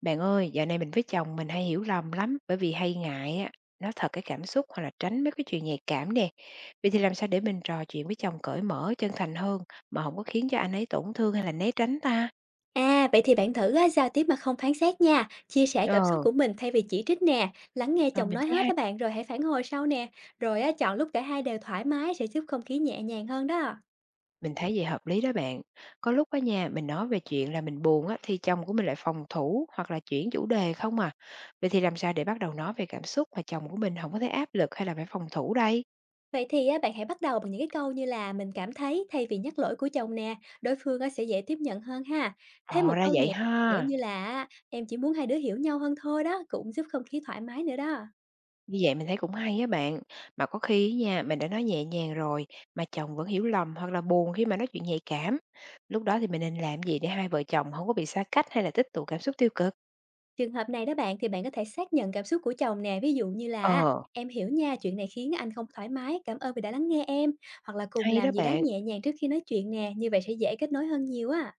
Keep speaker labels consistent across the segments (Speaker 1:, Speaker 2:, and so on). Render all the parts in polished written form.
Speaker 1: Bạn ơi, dạo này mình với chồng mình hay hiểu lầm lắm bởi vì hay ngại á, nói thật cái cảm xúc hoặc là tránh mấy cái chuyện nhạy cảm nè. Vậy thì làm sao để mình trò chuyện với chồng cởi mở, chân thành hơn mà không có khiến cho anh ấy tổn thương hay là né tránh ta?
Speaker 2: À, vậy thì bạn thử á, giao tiếp mà không phán xét nha, chia sẻ cảm xúc
Speaker 1: Ờ,
Speaker 2: của mình thay vì chỉ trích nè, lắng nghe
Speaker 1: rồi
Speaker 2: chồng
Speaker 1: mình
Speaker 2: nói
Speaker 1: thấy
Speaker 2: hết á
Speaker 1: hay.
Speaker 2: bạn rồi hãy phản hồi sau nè, rồi á, chọn lúc cả hai đều thoải mái sẽ giúp không khí nhẹ nhàng hơn đó.
Speaker 1: Mình thấy vậy hợp lý đó bạn. Có lúc ở nhà mình nói về chuyện là mình buồn á thì chồng của mình lại phòng thủ hoặc là chuyển chủ đề không à. Vậy thì làm sao để bắt đầu nói về cảm xúc mà chồng của mình không có thấy áp lực hay là phải phòng thủ đây?
Speaker 2: Vậy thì á, bạn hãy bắt đầu bằng những cái câu như là mình cảm thấy thay vì nhắc lỗi của chồng nè, đối phương á, sẽ dễ tiếp nhận hơn ha. Thêm
Speaker 1: Ồ
Speaker 2: một
Speaker 1: ra
Speaker 2: câu
Speaker 1: vậy
Speaker 2: nhẹ nữa
Speaker 1: ha.
Speaker 2: như là em chỉ muốn hai đứa hiểu nhau hơn thôi đó, cũng giúp không khí thoải mái nữa đó.
Speaker 1: Như vậy mình thấy cũng hay á bạn, mà có khi á nha, mình đã nói nhẹ nhàng rồi mà chồng vẫn hiểu lầm hoặc là buồn khi mà nói chuyện nhạy cảm. Lúc đó thì mình nên làm gì để hai vợ chồng không có bị xa cách hay là tích tụ cảm xúc tiêu cực?
Speaker 2: Trường hợp này đó bạn thì bạn có thể xác nhận cảm xúc của chồng nè, ví dụ như là "À,
Speaker 1: Ờ,
Speaker 2: em hiểu nha, chuyện này khiến anh không thoải mái, cảm ơn vì đã lắng nghe em." Hoặc là cùng
Speaker 1: hay đó
Speaker 2: làm gì đó
Speaker 1: bạn.
Speaker 2: nhẹ nhàng trước khi nói chuyện nè, như vậy sẽ dễ kết nối hơn nhiều á.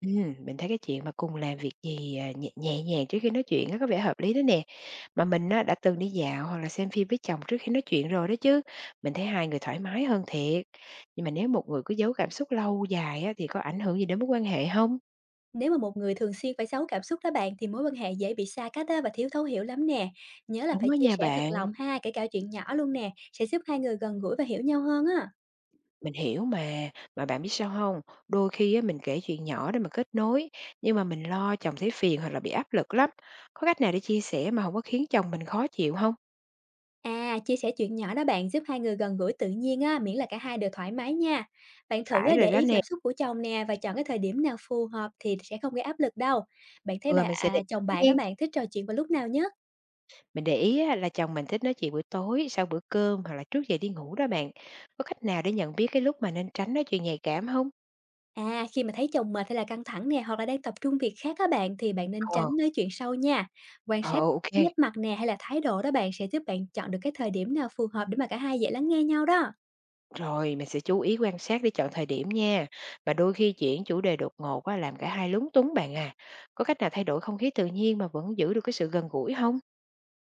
Speaker 1: Mình thấy cái chuyện mà cùng làm việc gì à, nhẹ nhàng trước khi nói chuyện á có vẻ hợp lý đó nè. Mà mình á, đã từng đi dạo hoặc là xem phim với chồng trước khi nói chuyện rồi đó chứ. Mình thấy hai người thoải mái hơn thiệt. Nhưng mà nếu một người cứ giấu cảm xúc lâu dài á, thì có ảnh hưởng gì đến mối quan hệ không?
Speaker 2: Nếu mà một người thường xuyên phải giấu cảm xúc đó bạn thì mối quan hệ dễ bị xa cách á và thiếu thấu hiểu lắm nè. Nhớ là phải
Speaker 1: Đúng đó
Speaker 2: chia
Speaker 1: nha
Speaker 2: sẻ thật lòng
Speaker 1: bạn.
Speaker 2: ha, kể cả chuyện nhỏ luôn nè, sẽ giúp hai người gần gũi và hiểu nhau hơn á.
Speaker 1: Mình hiểu mà bạn biết sao không? Đôi khi á, mình kể chuyện nhỏ để mà kết nối, nhưng mà mình lo chồng thấy phiền hoặc là bị áp lực lắm. Có cách nào để chia sẻ mà không có khiến chồng mình khó chịu không?
Speaker 2: À, chia sẻ chuyện nhỏ đó bạn giúp hai người gần gũi tự nhiên á, miễn là cả hai đều thoải mái nha. Bạn thử á,
Speaker 1: Phải rồi
Speaker 2: để
Speaker 1: đó
Speaker 2: ý
Speaker 1: nè,
Speaker 2: cảm xúc của chồng nè và chọn cái thời điểm nào phù hợp thì sẽ không gây áp lực đâu. Bạn thấy bà
Speaker 1: ừ, mình sẽ để
Speaker 2: à, chồng bạn
Speaker 1: nghe.
Speaker 2: á bạn thích trò chuyện vào lúc nào nhất?
Speaker 1: Mình để ý á, là chồng mình thích nói chuyện buổi tối, sau bữa cơm hoặc là trước giờ đi ngủ đó bạn. Có cách nào để nhận biết cái lúc mà nên tránh nói chuyện nhạy cảm không?
Speaker 2: À, khi mà thấy chồng mệt hay là căng thẳng nè hoặc là đang tập trung việc khác á bạn thì bạn nên
Speaker 1: Ờ,
Speaker 2: tránh nói chuyện sâu nha. Quan
Speaker 1: ờ,
Speaker 2: sát
Speaker 1: ok.
Speaker 2: nét mặt nè hay là thái độ đó bạn sẽ giúp bạn chọn được cái thời điểm nào phù hợp để mà cả hai dễ lắng nghe nhau đó.
Speaker 1: Rồi, mình sẽ chú ý quan sát để chọn thời điểm nha. Mà đôi khi chuyển chủ đề đột ngột quá làm cả hai lúng túng bạn à. Có cách nào thay đổi không khí tự nhiên mà vẫn giữ được cái sự gần gũi không?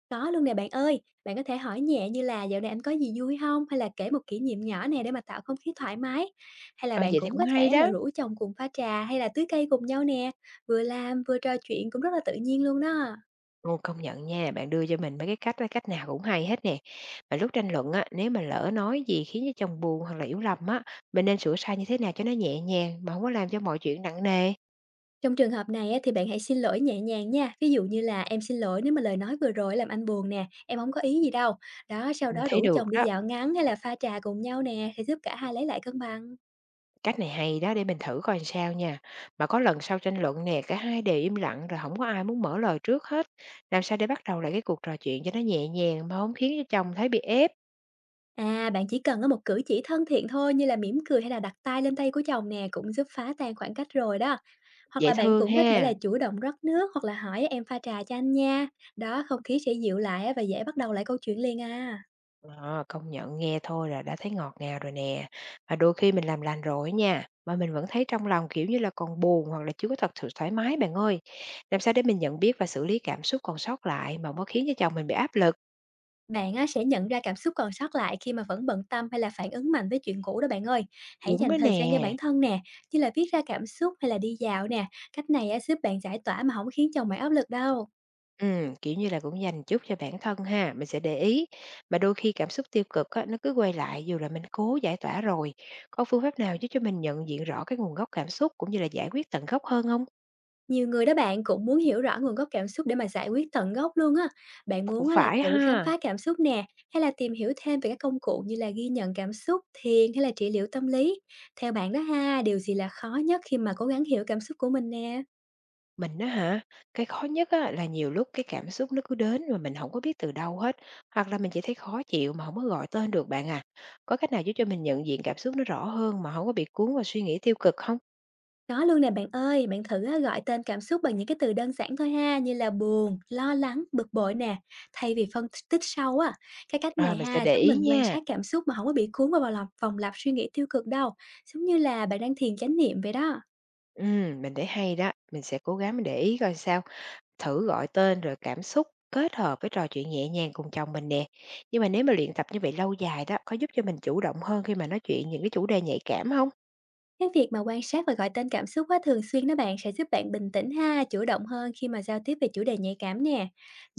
Speaker 2: Có luôn nè bạn ơi, bạn có thể hỏi nhẹ như là dạo này anh có gì vui không? Hay là kể một kỷ niệm nhỏ nè để mà tạo không khí thoải mái. Hay là
Speaker 1: Ờ
Speaker 2: bạn
Speaker 1: vậy thì
Speaker 2: cũng
Speaker 1: cũng
Speaker 2: có
Speaker 1: hay
Speaker 2: thể là
Speaker 1: đó.
Speaker 2: rủ chồng cùng pha trà hay là tưới cây cùng nhau nè, vừa làm vừa trò chuyện cũng rất là tự nhiên luôn đó.
Speaker 1: Ồ, công nhận nha, bạn đưa cho mình mấy cái cách á, cách nào cũng hay hết nè. Mà lúc tranh luận á, nếu mà lỡ nói gì khiến cho chồng buồn hoặc là hiểu lầm á, mình nên sửa sai như thế nào cho nó nhẹ nhàng mà không có làm cho mọi chuyện nặng nề.
Speaker 2: Trong trường hợp này á, thì bạn hãy xin lỗi nhẹ nhàng nha, ví dụ như là "Em xin lỗi nếu mà lời nói vừa rồi làm anh buồn nè, em không có ý gì đâu." Đó, sau
Speaker 1: Mình
Speaker 2: đó
Speaker 1: thấy
Speaker 2: rủ
Speaker 1: được
Speaker 2: chồng đi
Speaker 1: đó.
Speaker 2: dạo ngắn hay là pha trà cùng nhau nè, sẽ giúp cả hai lấy lại cân bằng.
Speaker 1: Cách này hay đó, để mình thử coi làm sao nha. Mà có lần sau tranh luận nè, cả hai đều im lặng rồi không có ai muốn mở lời trước hết. Làm sao để bắt đầu lại cái cuộc trò chuyện cho nó nhẹ nhàng mà không khiến cho chồng thấy bị ép,
Speaker 2: À, bạn chỉ cần có một cử chỉ thân thiện thôi như là mỉm cười hay là đặt tay lên tay của chồng nè cũng giúp phá tan khoảng cách rồi đó. Hoặc
Speaker 1: dễ
Speaker 2: là bạn
Speaker 1: thương
Speaker 2: cũng có thể
Speaker 1: ha.
Speaker 2: là chủ động rót nước hoặc là hỏi em pha trà cho anh nha. Đó, không khí sẽ dịu lại á và dễ bắt đầu lại câu chuyện liền à.
Speaker 1: Ờ, công nhận nghe thôi là đã thấy ngọt ngào rồi nè. Mà đôi khi mình làm lành rồi nha, mà mình vẫn thấy trong lòng kiểu như là còn buồn hoặc là chưa có thật sự thoải mái bạn ơi. Làm sao để mình nhận biết và xử lý cảm xúc còn sót lại mà không có khiến cho chồng mình bị áp lực.
Speaker 2: Bạn á, sẽ nhận ra cảm xúc còn sót lại khi mà vẫn bận tâm hay là phản ứng mạnh với chuyện cũ đó bạn ơi. Hãy
Speaker 1: Đúng
Speaker 2: dành
Speaker 1: đó
Speaker 2: thời gian cho
Speaker 1: nè.
Speaker 2: bản thân nè, như là viết ra cảm xúc hay là đi dạo nè. Cách này á, giúp bạn giải tỏa mà không khiến chồng bạn áp lực đâu.
Speaker 1: Kiểu như là, cũng dành chút cho bản thân ha, mình sẽ để ý. Mà đôi khi cảm xúc tiêu cực á, nó cứ quay lại dù là mình cố giải tỏa rồi. Có phương pháp nào giúp cho mình nhận diện rõ cái nguồn gốc cảm xúc cũng như là giải quyết tận gốc hơn không?
Speaker 2: Nhiều người đó bạn cũng muốn hiểu rõ nguồn gốc cảm xúc để mà giải quyết tận gốc luôn á. Bạn muốn
Speaker 1: Cũng
Speaker 2: á là
Speaker 1: phải
Speaker 2: tự khám
Speaker 1: ha.
Speaker 2: phá cảm xúc nè, hay là tìm hiểu thêm về các công cụ như là ghi nhận cảm xúc, thiền hay là trị liệu tâm lý. Theo bạn đó ha, điều gì là khó nhất khi mà cố gắng hiểu cảm xúc của mình nè?
Speaker 1: Mình á hả, cái khó nhất á là nhiều lúc cái cảm xúc nó cứ đến mà mình không có biết từ đâu hết, hoặc là mình chỉ thấy khó chịu mà không có gọi tên được bạn à. Có cách nào giúp cho mình nhận diện cảm xúc nó rõ hơn mà không có bị cuốn vào suy nghĩ tiêu cực không?
Speaker 2: Có luôn nè bạn ơi, bạn thử á, gọi tên cảm xúc bằng những cái từ đơn giản thôi ha, như là buồn, lo lắng, bực bội nè, thay vì phân tích sâu á. Cái cách
Speaker 1: À,
Speaker 2: này
Speaker 1: mình sẽ
Speaker 2: ha
Speaker 1: để
Speaker 2: giúp
Speaker 1: ý
Speaker 2: mình quan
Speaker 1: nha.
Speaker 2: sát cảm xúc mà không có bị cuốn vào vòng lặp suy nghĩ tiêu cực đâu, giống như là bạn đang thiền chánh niệm vậy đó.
Speaker 1: Mình thấy hay đó, mình sẽ cố gắng mình để ý coi sao. Thử gọi tên rồi cảm xúc kết hợp với trò chuyện nhẹ nhàng cùng chồng mình nè. Nhưng mà nếu mà luyện tập như vậy lâu dài đó, có giúp cho mình chủ động hơn khi mà nói chuyện những cái chủ đề nhạy cảm không?
Speaker 2: Cái việc mà quan sát và gọi tên cảm xúc á, thường xuyên đó bạn sẽ giúp bạn bình tĩnh ha, chủ động hơn khi mà giao tiếp về chủ đề nhạy cảm nè.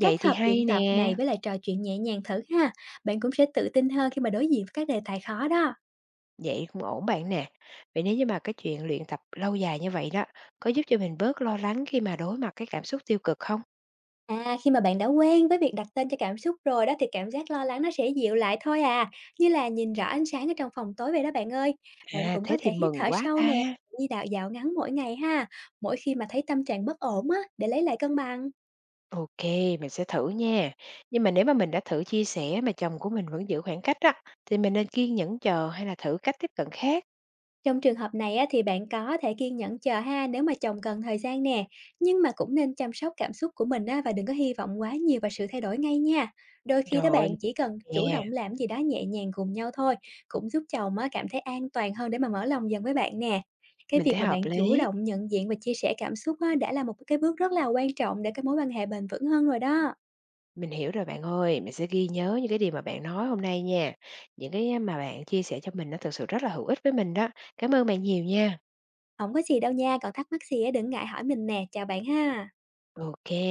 Speaker 2: Kết
Speaker 1: Vậy thì
Speaker 2: hợp
Speaker 1: hay
Speaker 2: luyện tập
Speaker 1: nè,
Speaker 2: này với lại trò chuyện nhẹ nhàng thử ha, bạn cũng sẽ tự tin hơn khi mà đối diện với các đề tài khó đó.
Speaker 1: vậy cũng ổn bạn nè. Vậy nếu như mà cái chuyện luyện tập lâu dài như vậy đó, có giúp cho mình bớt lo lắng khi mà đối mặt cái cảm xúc tiêu cực không?
Speaker 2: À, khi mà bạn đã quen với việc đặt tên cho cảm xúc rồi đó thì cảm giác lo lắng nó sẽ dịu lại thôi à, như là nhìn rõ ánh sáng ở trong phòng tối vậy đó bạn ơi. Bạn
Speaker 1: À,
Speaker 2: cũng có
Speaker 1: thế
Speaker 2: thể
Speaker 1: thì
Speaker 2: hít
Speaker 1: mừng
Speaker 2: thở
Speaker 1: quá
Speaker 2: sâu
Speaker 1: ta.
Speaker 2: nè, đi đạo dạo ngắn mỗi ngày ha, mỗi khi mà thấy tâm trạng bất ổn á, để lấy lại cân bằng.
Speaker 1: OK, mình sẽ thử nha. Nhưng mà nếu mà mình đã thử chia sẻ mà chồng của mình vẫn giữ khoảng cách á, thì mình nên kiên nhẫn chờ hay là thử cách tiếp cận khác?
Speaker 2: Trong trường hợp này á, thì bạn có thể kiên nhẫn chờ ha nếu mà chồng cần thời gian nè, nhưng mà cũng nên chăm sóc cảm xúc của mình á, và đừng có hy vọng quá nhiều vào sự thay đổi ngay nha. Đôi khi đó
Speaker 1: Rồi,
Speaker 2: bạn
Speaker 1: mình
Speaker 2: chỉ cần chủ
Speaker 1: nè.
Speaker 2: động làm gì đó nhẹ nhàng cùng nhau thôi, cũng giúp chồng á, cảm thấy an toàn hơn để mà mở lòng dần với bạn nè. Cái
Speaker 1: Mình
Speaker 2: việc
Speaker 1: thấy
Speaker 2: mà
Speaker 1: hợp
Speaker 2: bạn chủ
Speaker 1: lý.
Speaker 2: động nhận diện và chia sẻ cảm xúc á, đã là một cái bước rất là quan trọng để cái mối quan hệ bền vững hơn rồi đó.
Speaker 1: Mình hiểu rồi bạn ơi, mình sẽ ghi nhớ những cái điều mà bạn nói hôm nay nha. Những cái mà bạn chia sẻ cho mình nó thực sự rất là hữu ích với mình đó. Cảm ơn bạn nhiều nha.
Speaker 2: Không có gì đâu nha, còn thắc mắc gì á, đừng ngại hỏi mình nè, chào bạn ha.
Speaker 1: Ok.